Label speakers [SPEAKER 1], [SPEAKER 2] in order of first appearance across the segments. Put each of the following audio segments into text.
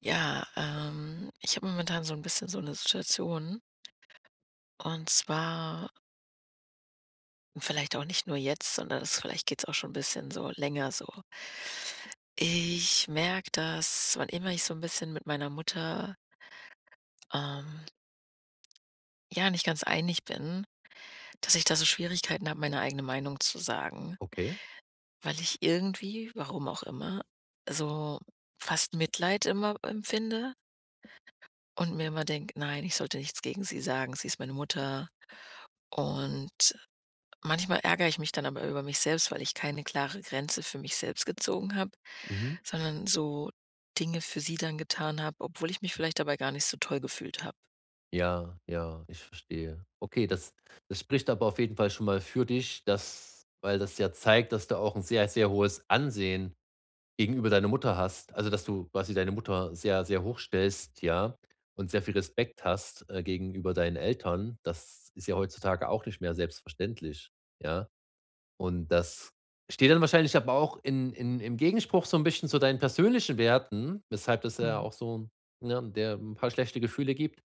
[SPEAKER 1] Ja, ich habe momentan so ein bisschen so eine Situation und zwar vielleicht auch nicht nur jetzt, sondern das vielleicht geht's auch schon ein bisschen so länger so. Ich merke, dass wann immer ich so ein bisschen mit meiner Mutter, ähm, ja, nicht ganz einig bin, dass ich da so Schwierigkeiten habe, meine eigene Meinung zu sagen,
[SPEAKER 2] Okay.
[SPEAKER 1] weil ich irgendwie, warum auch immer, so fast Mitleid immer empfinde und mir immer denke: „Nein, ich sollte nichts gegen sie sagen. Sie ist meine Mutter und" Manchmal ärgere ich mich dann aber über mich selbst, weil ich keine klare Grenze für mich selbst gezogen habe,
[SPEAKER 2] Mhm.
[SPEAKER 1] sondern so Dinge für sie dann getan habe, obwohl ich mich vielleicht dabei gar nicht so toll gefühlt habe.
[SPEAKER 2] Ja, ja, ich verstehe. Okay, das spricht aber auf jeden Fall schon mal für dich, dass weil das ja zeigt, dass du auch ein sehr, sehr hohes Ansehen gegenüber deiner Mutter hast. Also, dass du quasi deine Mutter sehr, sehr hoch stellst, ja, und sehr viel Respekt hast, gegenüber deinen Eltern. Das ist ja heutzutage auch nicht mehr selbstverständlich, ja? Und das steht dann wahrscheinlich aber auch in im Gegenspruch so ein bisschen zu deinen persönlichen Werten, weshalb das ja
[SPEAKER 1] Mhm.
[SPEAKER 2] auch so, ne, dir 'n paar schlechte Gefühle gibt.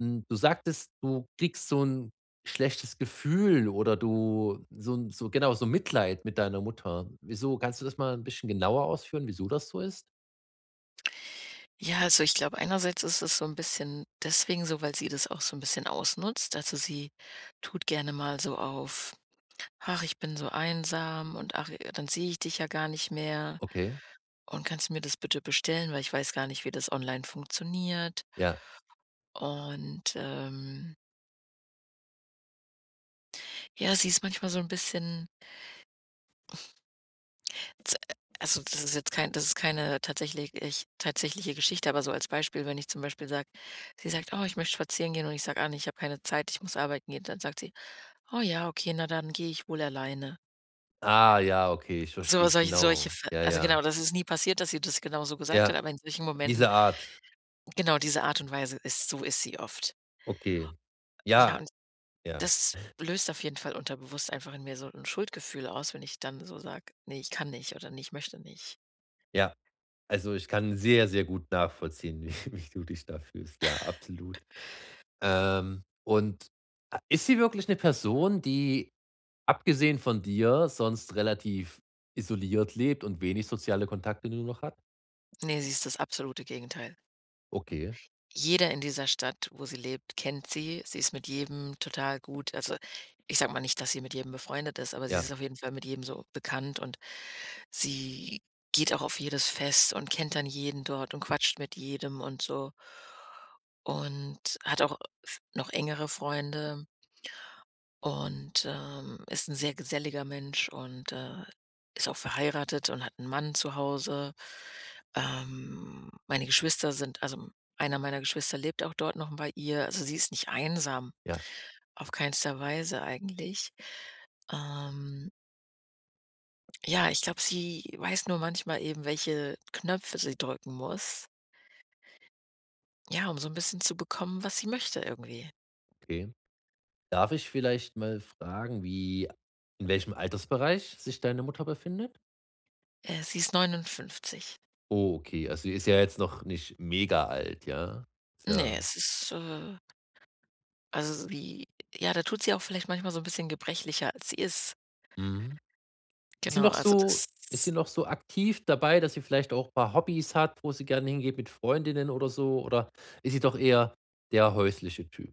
[SPEAKER 2] Hm, du sagtest, du kriegst so ein schlechtes Gefühl oder du so 'n so genau, so Mitleid mit deiner Mutter. Wieso? Kannst du das mal ein bisschen genauer ausführen, wieso das so ist?
[SPEAKER 1] Ja, also ich glaube, einerseits ist es so ein bisschen deswegen so, weil sie das auch so ein bisschen ausnutzt. Also, sie tut gerne mal so auf: „Ach, ich bin so einsam und ach, dann sehe ich dich ja gar nicht mehr
[SPEAKER 2] Okay,
[SPEAKER 1] und kannst du mir das bitte bestellen, weil ich weiß gar nicht, wie das online funktioniert."
[SPEAKER 2] ja.
[SPEAKER 1] Und, ja, sie ist manchmal so ein bisschen Z also, das ist jetzt kein das ist keine tatsächliche Geschichte, aber so als Beispiel, wenn ich zum Beispiel sage sie sagt: „Oh, ich möchte spazieren gehen" und ich sage: „Ah, ne, ich habe keine Zeit, ich muss arbeiten gehen." Dann sagt sie: „Oh ja, okay, na dann gehe ich wohl alleine."
[SPEAKER 2] Ah, ja, okay, ich
[SPEAKER 1] So
[SPEAKER 2] verstehe,
[SPEAKER 1] solche
[SPEAKER 2] genau.
[SPEAKER 1] Ver
[SPEAKER 2] Ja,
[SPEAKER 1] also
[SPEAKER 2] ja.
[SPEAKER 1] genau, das ist nie passiert, dass sie das genau so gesagt hat,
[SPEAKER 2] Ja,
[SPEAKER 1] aber in solchen Momenten
[SPEAKER 2] diese Art.
[SPEAKER 1] genau diese Art und Weise ist sie oft.
[SPEAKER 2] Okay.
[SPEAKER 1] Ja,
[SPEAKER 2] Ja,
[SPEAKER 1] und
[SPEAKER 2] ja,
[SPEAKER 1] das löst auf jeden Fall unterbewusst einfach in mir so ein Schuldgefühl aus, wenn ich dann so sage: nee, ich kann nicht" oder nee, ich möchte nicht."
[SPEAKER 2] ja. Also, ich kann sehr, sehr gut nachvollziehen, wie du dich da fühlst. Ja, absolut. Und ist sie wirklich eine Person, die abgesehen von dir sonst relativ isoliert lebt und wenig soziale Kontakte nur noch hat?
[SPEAKER 1] Nee, sie ist das absolute Gegenteil.
[SPEAKER 2] Okay,
[SPEAKER 1] Jeder in dieser Stadt, wo sie lebt, kennt sie. Sie ist mit jedem total gut, also, ich sage mal nicht, dass sie mit jedem befreundet ist, aber sie ist
[SPEAKER 2] ja,
[SPEAKER 1] auf jeden Fall mit jedem so bekannt und sie geht auch auf jedes Fest und kennt dann jeden dort und quatscht mit jedem und so und hat auch f noch engere Freunde. Und, ist ein sehr geselliger Mensch und, ist auch verheiratet und hat einen Mann zu Hause. Meine Geschwister sind also, Einer meiner Geschwister lebt auch dort noch bei ihr. Also, sie ist nicht einsam,
[SPEAKER 2] ja,
[SPEAKER 1] auf keinster Weise eigentlich. Ähm, ja, ich glaube, sie weiß nur manchmal eben, welche Knöpfe sie drücken muss, ja, um so ein bisschen zu bekommen, was sie möchte irgendwie.
[SPEAKER 2] okay. Darf ich vielleicht mal fragen, wie in welchem Altersbereich sich deine Mutter befindet?
[SPEAKER 1] Sie ist 59.
[SPEAKER 2] Oh, okay, also, sie ist ja jetzt noch nicht mega alt, ja? Ist
[SPEAKER 1] Ne,
[SPEAKER 2] ja
[SPEAKER 1] es ist, Also, sie ja, da tut sie auch vielleicht manchmal so ein bisschen gebrechlicher, als sie ist.
[SPEAKER 2] mhm. Ist sie
[SPEAKER 1] Genau,
[SPEAKER 2] noch
[SPEAKER 1] also
[SPEAKER 2] so
[SPEAKER 1] das
[SPEAKER 2] ist sie noch so aktiv dabei, dass sie vielleicht auch paar Hobbys hat, wo sie gerne hingeht mit Freundinnen oder so? Oder ist sie doch eher der häusliche Typ?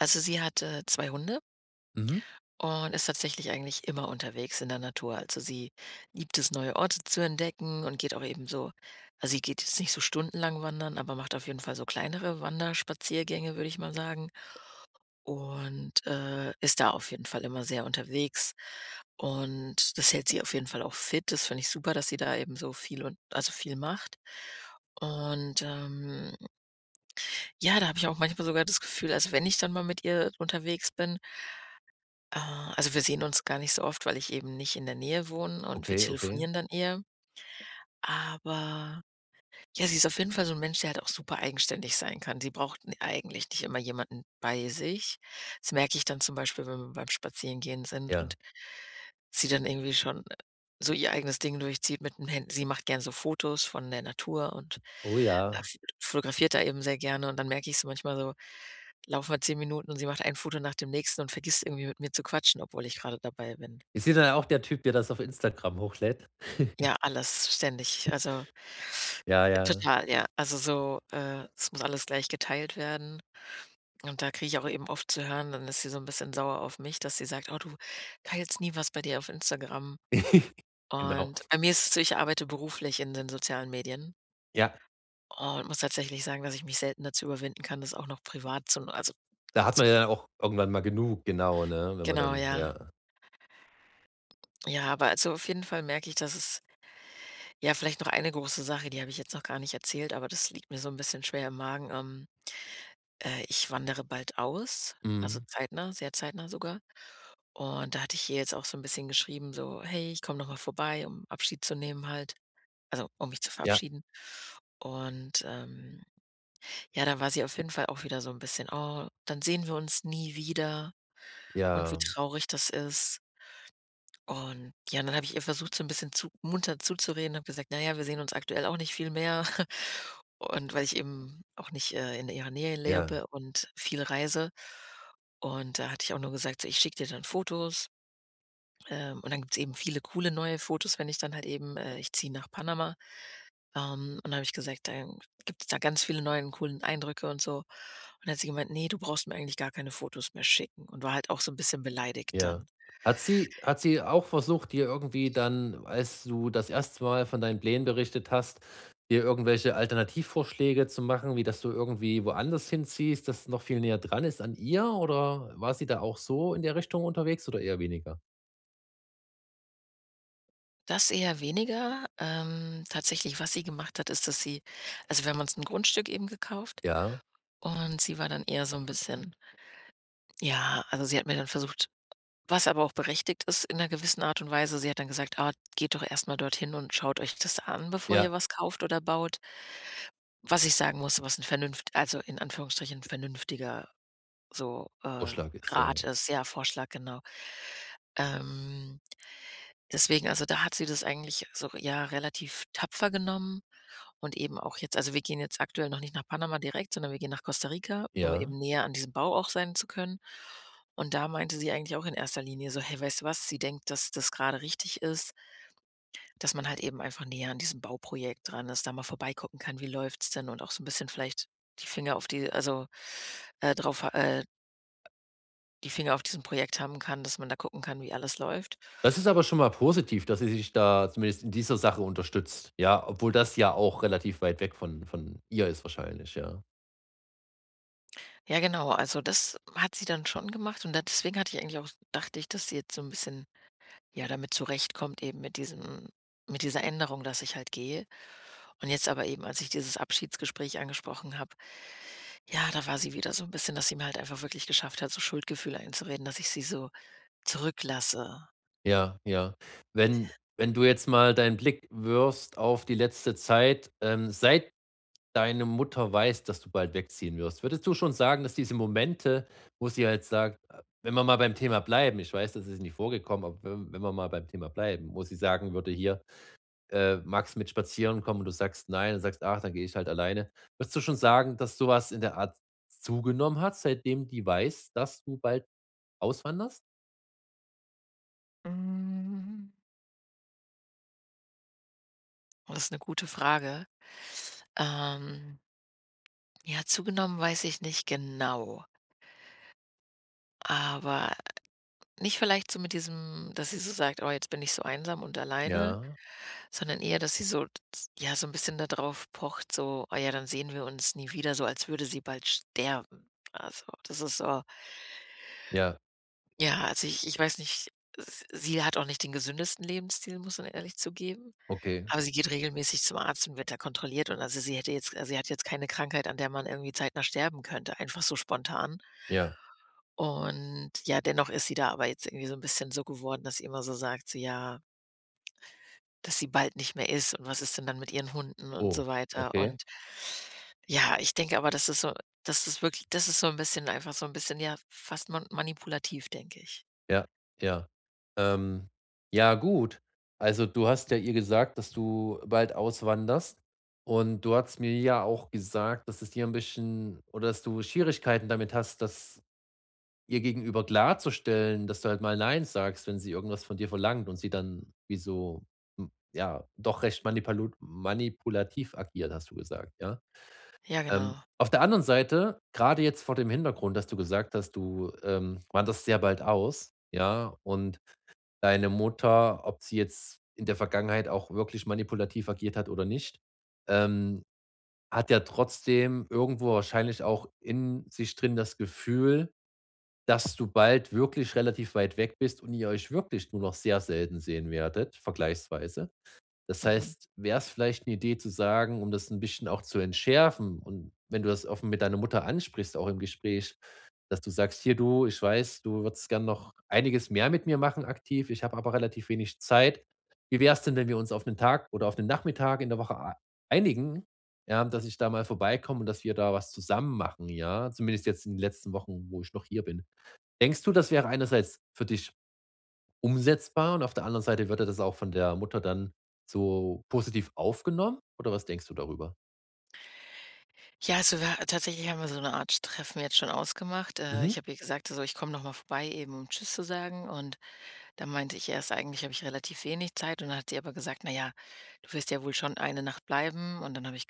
[SPEAKER 1] also sie hat, 2 Hunde
[SPEAKER 2] Mhm.
[SPEAKER 1] und ist tatsächlich eigentlich immer unterwegs in der Natur. Also, sie liebt es, neue Orte zu entdecken und geht auch eben so, also, sie geht jetzt nicht so stundenlang wandern, aber macht auf jeden Fall so kleinere Wanderspaziergänge, würde ich mal sagen. Und, ist da auf jeden Fall immer sehr unterwegs. Und das hält sie auf jeden Fall auch fit. Das finde ich super, dass sie da eben so viel und, also, viel macht. Und, ja, da habe ich auch manchmal sogar das Gefühl, also, wenn ich dann mal mit ihr unterwegs bin, äh, also, wir sehen uns gar nicht so oft, weil ich eben nicht in der Nähe wohne und wir
[SPEAKER 2] Okay, okay.
[SPEAKER 1] telefonieren dann eher. Aber Ja, sie ist auf jeden Fall so 'n Mensch, der halt auch super eigenständig sein kann. Sie braucht n eigentlich nicht immer jemanden bei sich. Das merke ich dann zum Beispiel, wenn wir beim Spazierengehen sind und
[SPEAKER 2] Ja.
[SPEAKER 1] sie dann irgendwie schon, so ihr eigenes Ding durchzieht, mit 'n Hand sie macht gern so Fotos von der Natur und,
[SPEAKER 2] Oh ja.
[SPEAKER 1] f fotografiert da eben sehr gerne, und dann merke ich so manchmal so, laufen wir 10 Minuten und sie macht ein Foto nach dem nächsten und vergisst irgendwie mit mir zu quatschen, obwohl ich grade dabei bin.
[SPEAKER 2] Ist sie dann auch der Typ, der das auf Instagram hochlädt?
[SPEAKER 1] Ja, alles ständig. Also,
[SPEAKER 2] Ja, ja.
[SPEAKER 1] total, ja. Also so, es muss alles gleich geteilt werden. Und da kriege ich auch eben oft zu hören, dann ist sie so ein bisschen sauer auf mich, dass sie sagt: „Oh, du teilst nie was bei dir auf Instagram."
[SPEAKER 2] Genau.
[SPEAKER 1] Und bei mir ist es so, ich arbeite beruflich in den sozialen Medien
[SPEAKER 2] Ja,
[SPEAKER 1] und muss tatsächlich sagen, dass ich mich selten dazu überwinden kann, das auch noch privat zu,
[SPEAKER 2] da hat
[SPEAKER 1] zu
[SPEAKER 2] man ja dann auch irgendwann mal genug, genau, ne? Wenn man
[SPEAKER 1] genau,
[SPEAKER 2] dann
[SPEAKER 1] ja.
[SPEAKER 2] ja.
[SPEAKER 1] Ja, aber also, auf jeden Fall merke ich, dass es, ja, vielleicht noch eine große Sache, die habe ich jetzt noch gar nicht erzählt, aber das liegt mir so ein bisschen schwer im Magen. Ich wandere bald aus, also
[SPEAKER 2] Mhm.
[SPEAKER 1] zeitnah, sehr zeitnah sogar. Und da hatte ich ihr jetzt auch so ein bisschen geschrieben, so: „Hey, ich komme noch mal vorbei, um Abschied zu nehmen halt, also, um mich zu
[SPEAKER 2] Ja,
[SPEAKER 1] verabschieden." Und, ja, da war sie auf jeden Fall auch wieder so ein bisschen: „Oh, dann sehen wir uns nie wieder und wie
[SPEAKER 2] ja,
[SPEAKER 1] traurig das ist." Und ja, dann habe ich ihr versucht, so ein bisschen zu munter zuzureden, habe gesagt: „Na ja, wir sehen uns aktuell auch nicht viel mehr." und weil ich eben auch nicht, in ihrer Nähe
[SPEAKER 2] ja.
[SPEAKER 1] lebe und viel reise. Und da hatte ich auch nur gesagt: „So, ich schicke dir dann Fotos." Und dann gibt es eben viele coole neue Fotos, wenn ich dann halt eben, ich ziehe nach Panama, und dann habe ich gesagt: „Dann gibt es da ganz viele neue coolen Eindrücke und so." Und dann hat sie gemeint: nee, du brauchst mir eigentlich gar keine Fotos mehr schicken." Und war halt auch so ein bisschen beleidigt
[SPEAKER 2] Ja.
[SPEAKER 1] dann.
[SPEAKER 2] Hat sie auch versucht, dir irgendwie dann, als du das erste Mal von deinen Plänen berichtet hast, dir irgendwelche Alternativvorschläge zu machen, wie dass du irgendwie woanders hinziehst, das noch viel näher dran ist an ihr? Oder war sie da auch so in der Richtung unterwegs oder eher weniger?
[SPEAKER 1] Das eher weniger. Tatsächlich, was sie gemacht hat, ist, dass sie, also, wir haben uns ein Grundstück eben gekauft
[SPEAKER 2] Ja,
[SPEAKER 1] und sie war dann eher so ein bisschen, sie hat mir dann versucht, was aber auch berechtigt ist in einer gewissen Art und Weise, sie hat dann gesagt: „Ah, geht doch erst mal dorthin und schaut euch das an, bevor
[SPEAKER 2] ja,
[SPEAKER 1] ihr was kauft oder baut." Was ich sagen muss, was ein vernünft also in Anführungsstrichen vernünftiger, so, äh,
[SPEAKER 2] Vorschlag ist,
[SPEAKER 1] Rat
[SPEAKER 2] ja.
[SPEAKER 1] ist, ja, Vorschlag, genau. Ähm, deswegen, da hat sie das eigentlich so, ja, relativ tapfer genommen. Und eben auch jetzt, wir gehen jetzt aktuell noch nicht nach Panama direkt, sondern wir gehen nach Costa Rica, um
[SPEAKER 2] Ja.
[SPEAKER 1] eben näher an diesem Bau auch sein zu können. Und da meinte sie eigentlich auch in erster Linie so: „Hey, weißt du was?" Sie denkt, dass das gerade richtig ist, dass man halt eben einfach näher an diesem Bauprojekt dran ist, da mal vorbeigucken kann, wie läuft's denn, und auch so ein bisschen vielleicht die Finger auf die äh, drauf ha- äh, die Finger auf diesem Projekt haben kann, dass man da gucken kann, wie alles läuft.
[SPEAKER 2] Das ist aber schon mal positiv, dass sie sich da zumindest in dieser Sache unterstützt. Ja, obwohl das ja auch relativ weit weg von ihr ist wahrscheinlich, ja.
[SPEAKER 1] Ja genau, also das hat sie dann schon gemacht und da deswegen hatte ich eigentlich auch, dachte ich, dass sie jetzt so ein bisschen, Ja, damit zurechtkommt, eben mit dieser Änderung, dass ich halt gehe. Und jetzt aber eben, als ich dieses Abschiedsgespräch angesprochen habe, ja, da war sie wieder so ein bisschen, dass sie mir halt einfach wirklich geschafft hat, so Schuldgefühle einzureden, dass ich sie so zurücklasse.
[SPEAKER 2] Ja, ja. Wenn wenn du jetzt mal deinen Blick wirfst auf die letzte Zeit, seit deine Mutter weiß, dass du bald wegziehen wirst, würdest du schon sagen, dass diese Momente, wo sie halt sagt wenn wir mal beim Thema bleiben, ich weiß, das ist nicht vorgekommen, aber wenn wir mal beim Thema bleiben, wo sie sagen würde: „Hier, magst mit spazieren kommen?“ Und du sagst: „Nein.“ Und sagst: „Ach, dann gehe ich halt alleine.“ Würdest du schon sagen, dass sowas in der Art zugenommen hat, seitdem die weiß, dass du bald auswanderst?
[SPEAKER 1] Mhm. Oh, das ist eine gute Frage. Ähm, ja, zugenommen weiß ich nicht genau, aber nicht vielleicht so mit diesem, dass sie so sagt: „Oh, jetzt bin ich so einsam und alleine."
[SPEAKER 2] Ja,
[SPEAKER 1] Sondern eher, dass sie so, ja, so ein bisschen darauf pocht, so: oh ja, dann sehen wir uns nie wieder", so als würde sie bald sterben. Also, das ist so,
[SPEAKER 2] ja,
[SPEAKER 1] ja, also, ich weiß nicht, s sie hat auch nicht den gesündesten Lebensstil, muss man ehrlich zugeben,
[SPEAKER 2] okay,
[SPEAKER 1] aber sie geht regelmäßig zum Arzt und wird da kontrolliert, und also, sie hat jetzt keine Krankheit, an der man irgendwie zeitnah sterben könnte, einfach so spontan.
[SPEAKER 2] ja.
[SPEAKER 1] Und ja, dennoch ist sie da aber jetzt irgendwie so ein bisschen so geworden, dass sie immer so sagt, so: „Ja, dass sie bald nicht mehr ist und was ist denn dann mit ihren Hunden und
[SPEAKER 2] Oh,
[SPEAKER 1] so weiter."
[SPEAKER 2] okay.
[SPEAKER 1] Und ja, ich denke aber, das ist so, das ist wirklich das ist so ein bisschen einfach so ein bisschen, ja, fast manipulativ, denke ich.
[SPEAKER 2] Ja, ja. Ähm, ja, gut. Also, du hast ja ihr gesagt, dass du bald auswanderst und du hast mir ja auch gesagt, dass es dir ein bisschen oder dass du Schwierigkeiten damit hast, das ihr gegenüber klarzustellen, dass du halt mal „nein“ sagst, wenn sie irgendwas von dir verlangt und sie dann wie so, hm, ja, doch recht manipalu manipulativ agiert, hast du gesagt, ja?
[SPEAKER 1] Ja, genau.
[SPEAKER 2] Auf der anderen Seite, gerade jetzt vor dem Hintergrund, dass du gesagt hast, du, wanderst sehr bald aus, ja, und deine Mutter, ob sie jetzt in der Vergangenheit auch wirklich manipulativ agiert hat oder nicht, ähm, hat ja trotzdem irgendwo wahrscheinlich auch in sich drin das Gefühl, dass du bald wirklich relativ weit weg bist und ihr euch wirklich nur noch sehr selten sehen werdet, vergleichsweise. Das
[SPEAKER 1] Mhm.
[SPEAKER 2] heißt, wäre es vielleicht eine Idee zu sagen, um das ein bisschen auch zu entschärfen und wenn du das offen mit deiner Mutter ansprichst, auch im Gespräch, dass du sagst: „Hier du, ich weiß, du würdest gern noch einiges mehr mit mir machen aktiv, ich habe aber relativ wenig Zeit. Wie wär's denn, wenn wir uns auf einen Tag oder auf einen Nachmittag in der Woche ei einigen, ja, dass ich da mal vorbeikomme und dass wir da was zusammen machen, ja?“ Zumindest jetzt in den letzten Wochen, wo ich noch hier bin. Denkst du, das wäre einerseits für dich umsetzbar und auf der anderen Seite wird ja das auch von der Mutter dann so positiv aufgenommen oder was denkst du darüber?
[SPEAKER 1] Ja, also, wir tatsächlich haben wir so eine Art Treffen jetzt schon ausgemacht.
[SPEAKER 2] Mhm.
[SPEAKER 1] Ich habe ihr gesagt, also: „Ich komme noch mal vorbei eben, um tschüss zu sagen." Und da meinte ich erst, eigentlich habe ich relativ wenig Zeit. Und dann hat sie aber gesagt: „Na ja, du wirst ja wohl schon eine Nacht bleiben." Und dann habe ich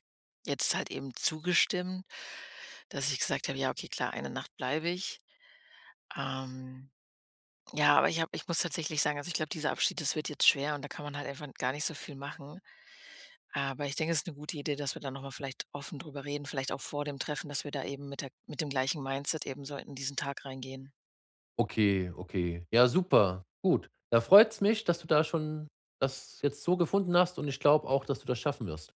[SPEAKER 1] jetzt halt eben zugestimmt, dass ich gesagt habe: „Ja, okay, klar, eine Nacht bleibe ich." Ähm, ja, aber ich muss tatsächlich sagen, also, ich glaube, dieser Abschied, das wird jetzt schwer und da kann man halt einfach gar nicht so viel machen. Aber ich denke, es ist eine gute Idee, dass wir da noch mal vielleicht offen drüber reden, vielleicht auch vor dem Treffen, dass wir da eben mit der mit dem gleichen Mindset eben so in diesen Tag reingehen.
[SPEAKER 2] Okay, okay. Ja, super, gut. Da freut's mich, dass du da schon das jetzt so gefunden hast und ich glaube auch, dass du das schaffen wirst.